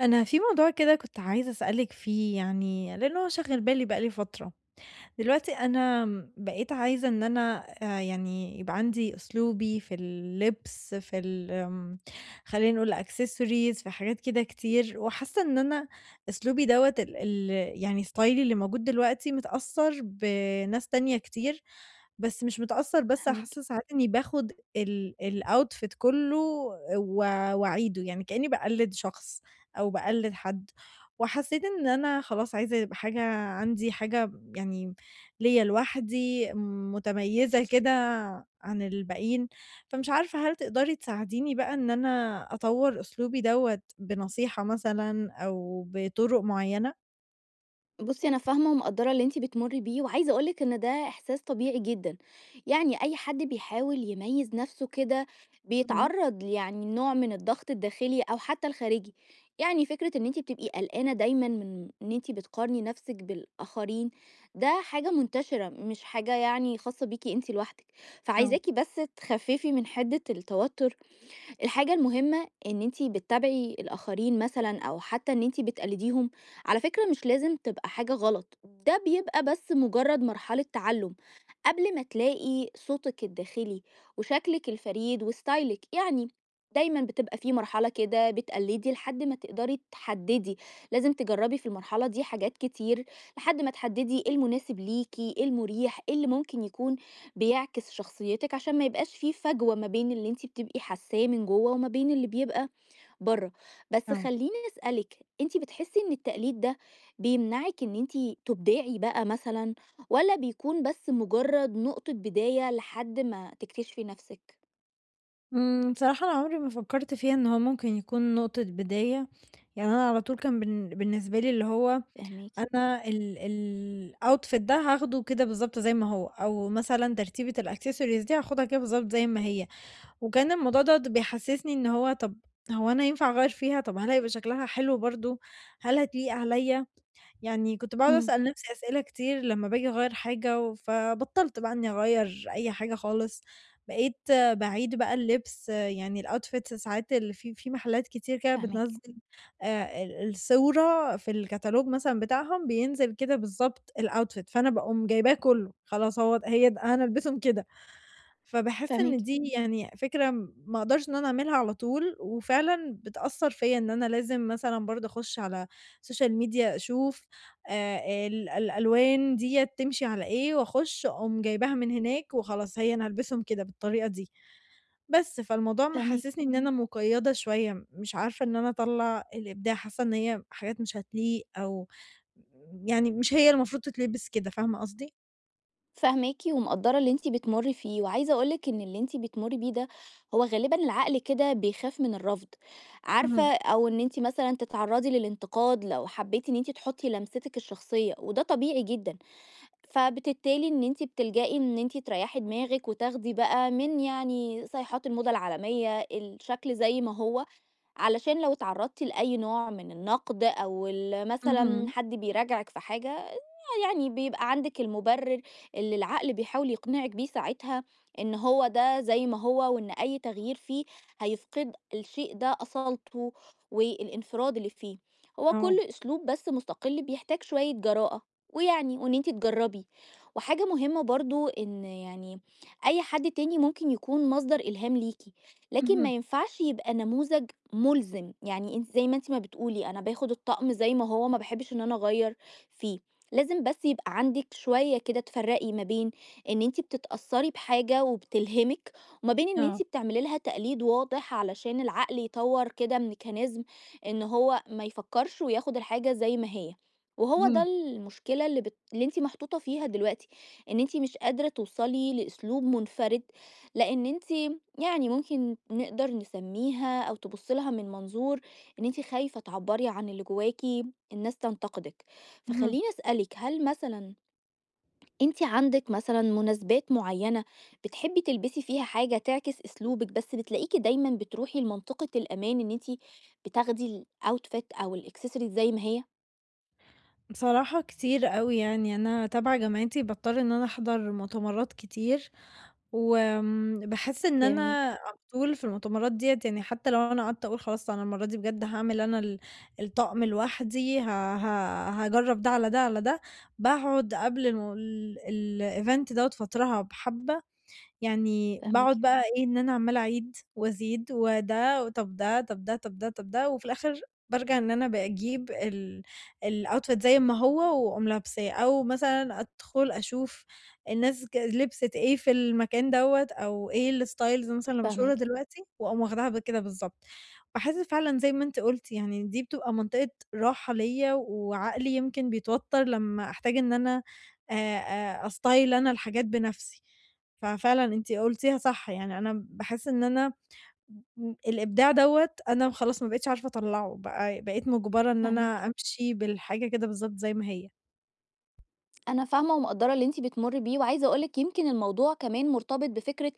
أنا في موضوع كده كنت عايزة أسألِك فيه يعني، لأن هو شاغل بالي بقى لي فترة. دلوقتي أنا بقيت عايزة إن أنا يعني يبقى عندي أسلوبي في اللبس، في ال آمم، خلّينا نقول accessories في حاجات كده كتير، وحاسة إن أنا أسلوبي دوّة ال ال يعني ستايلي اللي موجود دلوقتي متأثّر بناس تانية كتير، بس مش متأثّر بس فاهماكِ. حاسة ساعات إني باخُد الoutfit كُلّه و وأعيده، يعني كإنّي باقلِّد شخص أو باقلِّد حد، وحسّيت إن أنا خلاص عايزة يبقى عندي حاجة يعني ليّا لوحدي، متميزة كده عن الباقيين، فمش عارفة هل تقدري تساعديني بقى إن أنا أطوّر أسلوبي دوّة بنصيحة مثلًا أو بطرق معيّنة؟ بُصّي، أنا فاهمة ومقدّرة اللي أنتِ بتمُرّي بيه، وعايزة أقول لِك إن ده إحساس طبيعي جدًا. يعني أي حد بيحاول يميّز نَفْسه كده، إمم، بيتعرّض يعني لنوع من الضغط الداخلي أو حتى الخارجي. يعني فكرة إن أنتِ بتبقي قلقانة دايمًا من إن أنتِ بتقارني نَفْسِك بالآخرين، ده حاجة منتشرة، مش حاجة يعني خاصة بيكِ أنتِ لوحدِك. آه، فعايزاكِ بس تخفّفي من حِدِّة التوتُّر. الحاجة المهمة إن أنتِ بتتابعي الآخرين مثلًا أو حتى إن أنتِ بتقلديهم، على فكرة مش لازم تبقى حاجة غلط، ده بيبقى بس مجرد مرحلة تعلُّم، قبل ما تلاقي صوتِك الداخلي وشكلِك الفريد وستايلِك، يعني دايمًا بتبقى في مرحلة كده بتقلّدي لحد ما تقدري تحدّدي، لازم تجرّبي في المرحلة دي حاجات كتير لحد ما تحدّدي إيه المناسب ليكِ، إيه المريح، إيه اللي ممكن يكون بيعكس شخصيتِك عشان ما يبقاش في فجوة ما بين اللي أنتِ بتبقي حاسّاه من جوّه وما بين اللي بيبقى برّه. بس آه. خلّيني أسألِك، أنتِ بتحسّي إن التقليد ده بيمنعِك إن أنتِ تُبدعي بقى مثلًا والّا بيكون بس مُجرّد نقطة بداية لحد ما تكتشفي نَفْسِك؟ بصراحة أنا عمري ما فكّرت فيها إن هو ممكن يكون نقطة بداية، يعني أنا على طول كان بالنسبة لي اللي هو فاهماكِ. أنا ال ال الoutfit ده هاخده كده بالضبط زي ما هو، أو مثلًا ترتيبة الaccessories دي هاخدها كده بالضبط زي ما هي. وكان الموضوع دوّة بيحسّسني إن هو طَب هو أنا ينفع أغيّر فيها، طَب هل هيبقى شكلها حلو برضه، هل هتليق عليّا؟ يعني كنت باقعد إمم، أسأل نَفْسي أسئلة كتير لمّا باجي أغيّر حاجة فبطّلت بقى إنّي أغيّر أي حاجة خالص، بقيت باعيد بقى اللبس آه، يعني الoutfits ساعات اللي في محلات كتير كده فاهماكِ. بتنزّل الصورة في الكتالوج مثلًا بتاعهم بينزل كده بالضبط الoutfit فأنا باقوم جايباه كُلّه، خلاص هو هي د هأنا هالبسهم كده. فباحس فاهماكِ. إن دي يعني فكرة ما أقدرش إن أنا أعملها على طول، وفعلًا بتأثّر فيّا إن أنا لازم مثلًا برضه أخُش على السوشيال ميديا أشوف الألوان ديّة تمشي على إيه، وأخُش أقوم جايباها من هناك وخلاص هي أنا هالبسهم كده بالطريقة دي، بس فالموضوع فاهماكِ. محسّسني إن أنا مُقيّدة شوية، مش عارفة إن أنا أطلّع الإبداع، حاسّة إن هي حاجات مش هتليق أو يعني مش هي المفروض تتلبس كده، فاهمة قصدي؟ فاهماكِ ومقدّرة اللي أنتِ بتمُرّي فيه، وعايزة أقول لِك إن اللي أنتِ بتمُرّي بيه ده هو غالبًا العقل كده بيخاف من الرفض، عارفة، اهم، أو إن أنتِ مثلًا تتعرّضي للانتقاد لو حبّيتِ إن أنتِ تحُطّي لمستِك الشخصية، وده طبيعي جدًا. فبالتالي إن أنتِ بتلجئي إن أنتِ تريحي دماغِك وتاخدي بقى من يعني صيحات الموضة العالمية، الشكل زي ما هو، علشان لو اتعرضتِ لأي نوع من النقد أو مثلًا اهم، حد بيراجعِك في حاجة، يعني بيبقى عندِك المبرر اللي العقل بيحاول يقنعِك بيه ساعتها، إن هو ده زي ما هو، وإن أي تغيير فيه هيفقد الشيء ده أصالته والانفراد اللي فيه. هو آه. كل أسلوب بس مستقل بيحتاج شوية جراءة، ويعني وإن أنتِ تجربي. وحاجة مهمة برضه إن يعني أي حد تاني ممكن يكون مصدر إلهام ليكِ، لكن ما اهم، ينفعش يبقى نموذج ملزم، يعني أنتِ زي ما أنتِ ما بتقولي أنا باخد الطقم زي ما هو ما باحبش إن أنا أغيّر فيه، لازم بس يبقى عندِك شوية كده تفرّقي ما بين إن أنتِ بتتأثّري بحاجة وبتلهمِك، وما بين إن أنتِ آه، بتعملي لها تقليد واضح علشان العقل يطوّر كده ميكانيزم إن هو ما يفكّرش وياخد الحاجة زي ما هي، وهو ده اهم. المشكلة اللي اللي أنتِ محطوطة فيها دلوقتي، إن أنتِ مش قادرة توصلي لأسلوب منفرد، لإن أنتِ يعني ممكن نقدر نسميها أو تبص لها من منظور إن أنت خايفة تعبري عن اللي جواكي الناس تنتقدك. اهم. فخليني أسألك، هل مثلا أنت عندك مثلا مناسبات معينة بتحبي تلبسي فيها حاجة تعكس أسلوبك، بس بتلاقيكي دايما بتروحي لمنطقة الأمان إن أنت بتاخدي الأوتفيت أو الإكسسوارز زي ما هي؟ بصراحة كتير أوي يعني أنا تبع جامعتي باضطر إن أنا أحضر مؤتمرات كتير، وآمم باحس إن أنا جميل. على طول في المؤتمرات ديّة يعني حتى لو أنا قعدت أقول خلاص أنا المرة دي بجد هاعمل أنا ال الطقم لوحدي، ه ه هاجرّب ده على ده على ده، باقعد قبل الم ال الevent دوّة فترها بحبّة يعني فهماكي. باقعد بقى إيه، إن أنا عمّالة أعيد وأزيد وده وطَب ده، طَب ده، طَب ده، طَب ده، وفي الآخر بارجع إن أنا باجيب الoutfit زي ما هو وأقوم لابساه، أو مثلًا أدخل أشوف الناس لبسِت إيه في المكان دوّة أو إيه الstyles مثلًا اللي مشهورة فهماكي. دلوقتي وأقوم واخداها بكده بالضبط. باحس فعلًا زي ما أنتِ قُلتِ يعني دي بتبقى منطقة راحة ليّا وعقلي يمكن بيتوتر لمّا أحتاج إن أنا آآ، أstyle أنا الحاجات بنَفْسي. ففعلًا أنتِ قُلتيها صح، يعني أنا باحس إن أنا الإبداع دوّة أنا خلاص ما بقيتش عارفة أطلّعه، بقى بقيت مُجبرة إن فهماكي. أنا أمشي بالحاجة كده بالضبط زي ما هي. أنا فاهمة ومقدّرة اللي أنتِ بتمُرّي بيه، وعايزة أقول لِك يمكن الموضوع كمان مرتبط بفكرة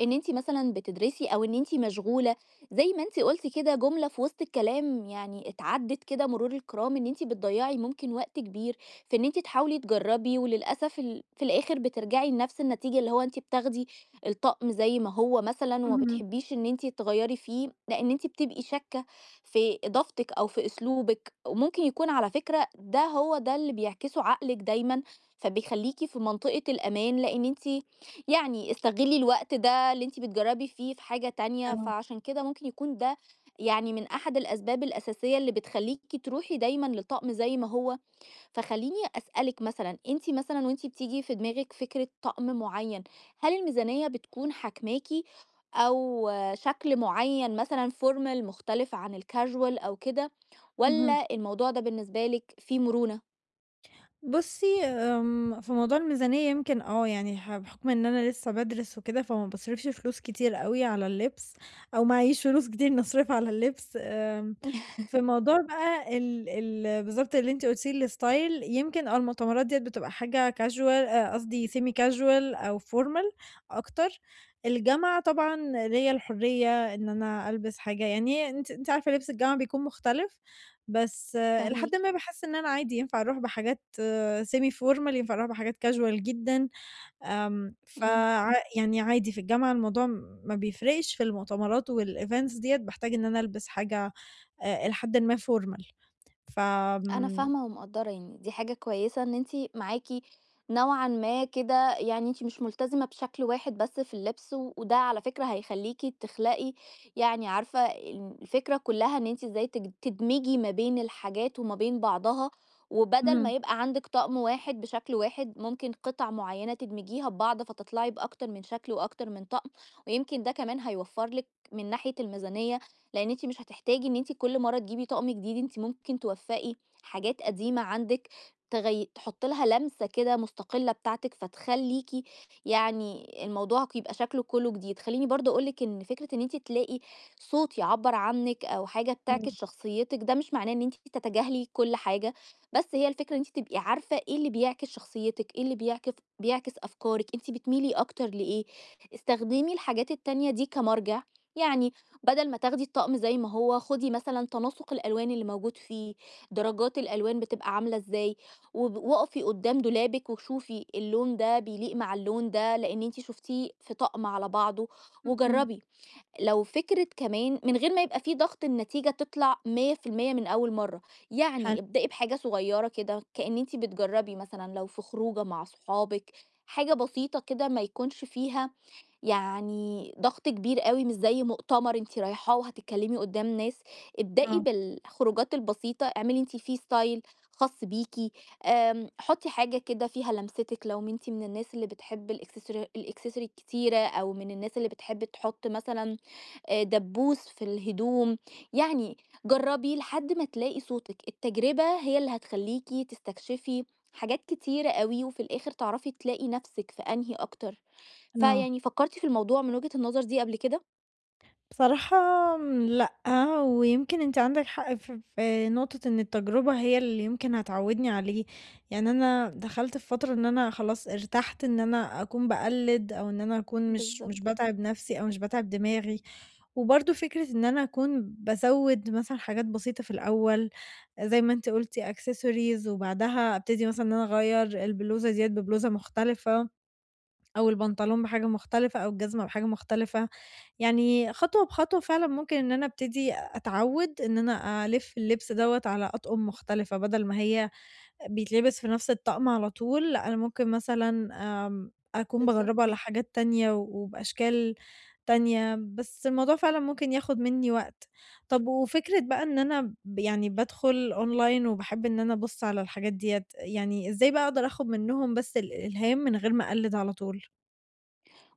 إن أنتِ مثلًا بتدرسي أو إن أنتِ مشغولة، زي ما أنتِ قُلتِ كده جملة في وسط الكلام يعني اتعدِّت كده مرور الكرام، إن أنتِ بتضيّعي ممكن وقت كبير في إن أنتِ تحاولي تجرّبي، وللأسف في الآخر بترجعي لنفس النتيجة، اللي هو أنتِ بتاخدي الطقم زي ما هو مثلًا وما اهم، بتحبّيش إن أنتِ تغيّري فيه، لإن أنتِ بتبقي شاكّة في إضافتِك أو في أسلوبِك، وممكن يكون على فكرة ده هو ده اللي بيعكسه عقلِك دايمًا فبيخلّيكِ في منطقة الأمان، لإن أنتِ يعني استغلّي الوقت ده اللي أنتِ بتجرّبي فيه في حاجة تانية، آه، فعشان كده ممكن يكون ده يعني من أحد الأسباب الأساسية اللي بتخلّيكِ تروحي دايمًا للطقم زي ما هو. فخلّيني أسألِك مثلًا، أنتِ مثلًا وأنتِ بتيجي في دماغِك فكرة طقم معيّن، هل الميزانية بتكون حاكماكِ، أو شكل معيّن مثلًا formal مختلف عن الcasual أو كده، اهم. والّا الموضوع ده بالنسبة لِك فيه مرونة؟ بُصّي، في موضوع الميزانية يمكن يعني بحكم إن أنا لسه بادرس وكده، فما باصرفش فلوس كتير أوي على اللبس، أو معييش فلوس كتير إني أصرفها على اللبس، في موضوع بقى ال ال بالضبط اللي أنتِ قُلتيه الstyle يمكن المؤتمرات ديّة بتبقى حاجة casual قصدي semi casual أو formal أكتر، الجامعة طبعًا ليّا الحرية إن أنا ألبس حاجة يعني أنتِ عارفة لبس الجامعة بيكون مختلف، بس إلى حدٍ فاهماكِ. ما باحس إن أنا عادي ينفع أروح بحاجات semi formal ينفع أروح بحاجات casual جدًا، إمم. يعني عادي في الجامعة الموضوع ما بيفرقش، في المؤتمرات والevents ديّة باحتاج إن أنا ألبس حاجة إلى حدٍ ما formal ف أنا آمم، فاهمة ومقدّرة، يعني دي حاجة كويسة إن أنتِ معاكِ نوعًا ما كده، يعني أنتِ مش ملتزمة بشكل واحد بس في اللبس، و- وده على فكرة هيخلّيكِ تخلقي، يعني عارفة ال الفكرة كلّها إن أنتِ إزاي تدمجي ما بين الحاجات وما بين بعضها، وبدل ما إمم، يبقى عندِك طقم واحد بشكل واحد، ممكن قطع معيّنة تدمجيها ببعض فتطلعي بأكتر من شكل وأكتر من طقم، ويمكن ده كمان هيوفّر لِك من ناحية الميزانية، لإن أنتِ مش هتحتاجي إن أنتِ كل مرّة تجيبي طقم جديد، أنتِ ممكن توفّقي حاجات قديمة عندِك تحُطّي لها لمسة كده مستقلة بتاعتِك، فتخلّيكِ يعني الموضوع يبقى شكله كلّه جديد. خلّيني برضه أقول لِك إن فكرة إن أنتِ تلاقي صوت يعبّر عنِّك أو حاجة بتعكس إمم، شخصيتِك، ده مش معناه إن أنتِ تتجاهلي كل حاجة، بس هي الفكرة إن أنتِ تبقي عارفة إيه اللي بيعكس شخصيتِك، إيه اللي بيعكس أفكارِك، أنتِ بتميلي أكتر لإيه. استخدمي الحاجات التانية دي كمرجع، يعني بدل ما تاخدي الطقم زي ما هو، خُدي مثلًا تناسُق الألوان اللي موجود فيه، درجات الألوان بتبقى عاملة إزاي، وب واقفي قدّام دولابِك وشوفي اللون ده بيليق مع اللون ده، لإن أنتِ شُفتيه في طقم على بعضه، اهم، وجرّبي. لو فكرة كمان من غير ما يبقى في ضغط النتيجة تطلع 100% من أول مرّة، حلو، يعني ابدئي بحاجة صغيّرة كده كإن أنتِ بتجرّبي، مثلًا لو في خروجة مع صحابِك، حاجة بسيطة كده ما يكونش فيها يعني ضغط كبير أوي، مش زي مؤتمر أنتِ رايحاه وهتتكلمي قدّام ناس. ابدئي آه، بالخروجات البسيطة، اعملي أنتِ فيه style خاص بيكِ، حُطّي حاجة كده فيها لمستِك. لو أنتِ من الناس اللي بتحب الaccessory الكتيرة، أو من الناس اللي بتحب تحُط مثلًا دبّوس في الهدوم، يعني جرّبي لحد ما تلاقي صوتِك، التجربة هي اللي هتخلّيكِ تستكشفي حاجات كتيرة أوي وفي الآخر تعرفي تلاقي نَفْسِك في أنهي أكتر. آه. فيعني فكرتِ في الموضوع من وجهة النظر دي قبل كده؟ بصراحة لأ، ويمكن أنت عندك حق في نقطة إن التجربة هي اللي يمكن هتعوّدني عليه، يعني أنا دخلت في فترة إن أنا خلاص ارتحت إن أنا أكون باقلِّد أو إن أنا أكون مش بالضبط. باتعب نَفْسي أو مش باتعب دماغي، وبرضه فكرة إن أنا أكون بازوِّد مثلًا حاجات بسيطة في الأول زي ما أنتِ قُلتِ accessories وبعدها أبتدي مثلًا إن أنا أغيّر البلوزة ديّة ببلوزة مختلفة أو البنطلون بحاجة مختلفة أو الجزمة بحاجة مختلفة. يعني خطوة بخطوة فعلًا ممكن إن أنا أبتدي أتعوّد إن أنا ألِف اللبس دوّة على أطقم مختلفة، بدل ما هي بيتلبس في نفس الطقم على طول، لأ أنا ممكن مثلًا أكون باجرّبه بالضبط. على حاجات تانية وبأشكال تانية، بس الموضوع فعلًا ممكن ياخد منّي وقت. طب وفكرة بقى إن أنا يعني بادخل أونلاين وباحب إن أنا أبُص على الحاجات ديّة، يعني إزاي بقى أقدر آخد منّهم بس الإلهام من غير ما أقلِّد على طول؟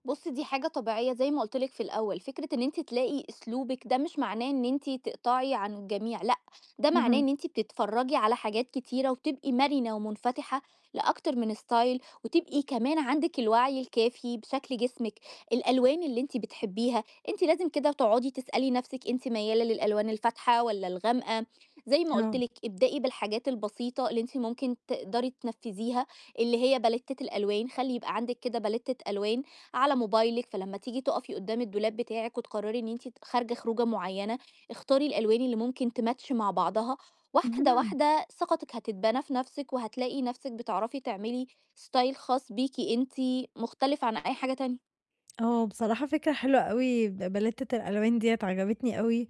بُصّي، دي حاجة طبيعية زي ما قُلت لِك في الأول، فكرة إن أنتِ تلاقي أسلوبِك ده مش معناه إن أنتِ تقطعي عن الجميع، لأ، ده معناه اهم، إن أنتِ بتتفرّجي على حاجات كتيرة وبتبقي مرنة ومنفتحة لأكتر من style، وتبقي كمان عندِك الوعي الكافي بشكل جسمِك، الألوان اللي أنتِ بتحبيها، أنتِ لازم كده تقعدي تسألي نَفْسِك أنتِ ميّالة للألوان الفاتحة والّا الغامقة. زي ما قُلت آه، لِك، ابدئي بالحاجات البسيطة اللي أنتِ ممكن تقدري تنفّذيها، اللي هي باليتة الألوان، خلّي يبقى عندِك كده باليتة ألوان على موبايلِك، فلمّا تيجي تُقفي قدّام الدولاب بتاعِك وتقرري إن أنتِ خارجة خروجة معيّنة، اختاري الألوان اللي ممكن تماتش مع بعضها. واحدة اهم. واحدة ثقتِك هتتبنى في نفسِك، وهتلاقي نفسِك بتعرفي تعملي style خاص بيكِ أنتِ، مختلف عن أي حاجة تانية. آه، بصراحة فكرة حلوة أوي بلّتة الألوان ديّة عجبتني أوي،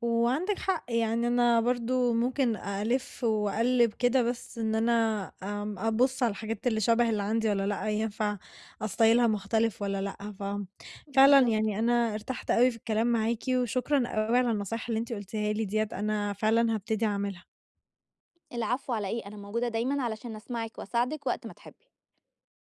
وعندِك حق يعني أنا برضه ممكن ألِف وأقلِّب كده بس إن أنا أبُص على الحاجات اللي شبه اللي عندي والّا لأ، ينفع أستايلها مختلف والّا لأ، ففعلًا بالضبط. يعني أنا ارتحت أوي في الكلام معاكِ، وشكرًا أوي على النصايح اللي أنتِ قُلتيها لي ديّة، أنا فعلًا هابتدي أعملها. العفو على إيه، أنا موجودة دايمًا علشان أسمعِك وأساعدِك وقت ما تحبي.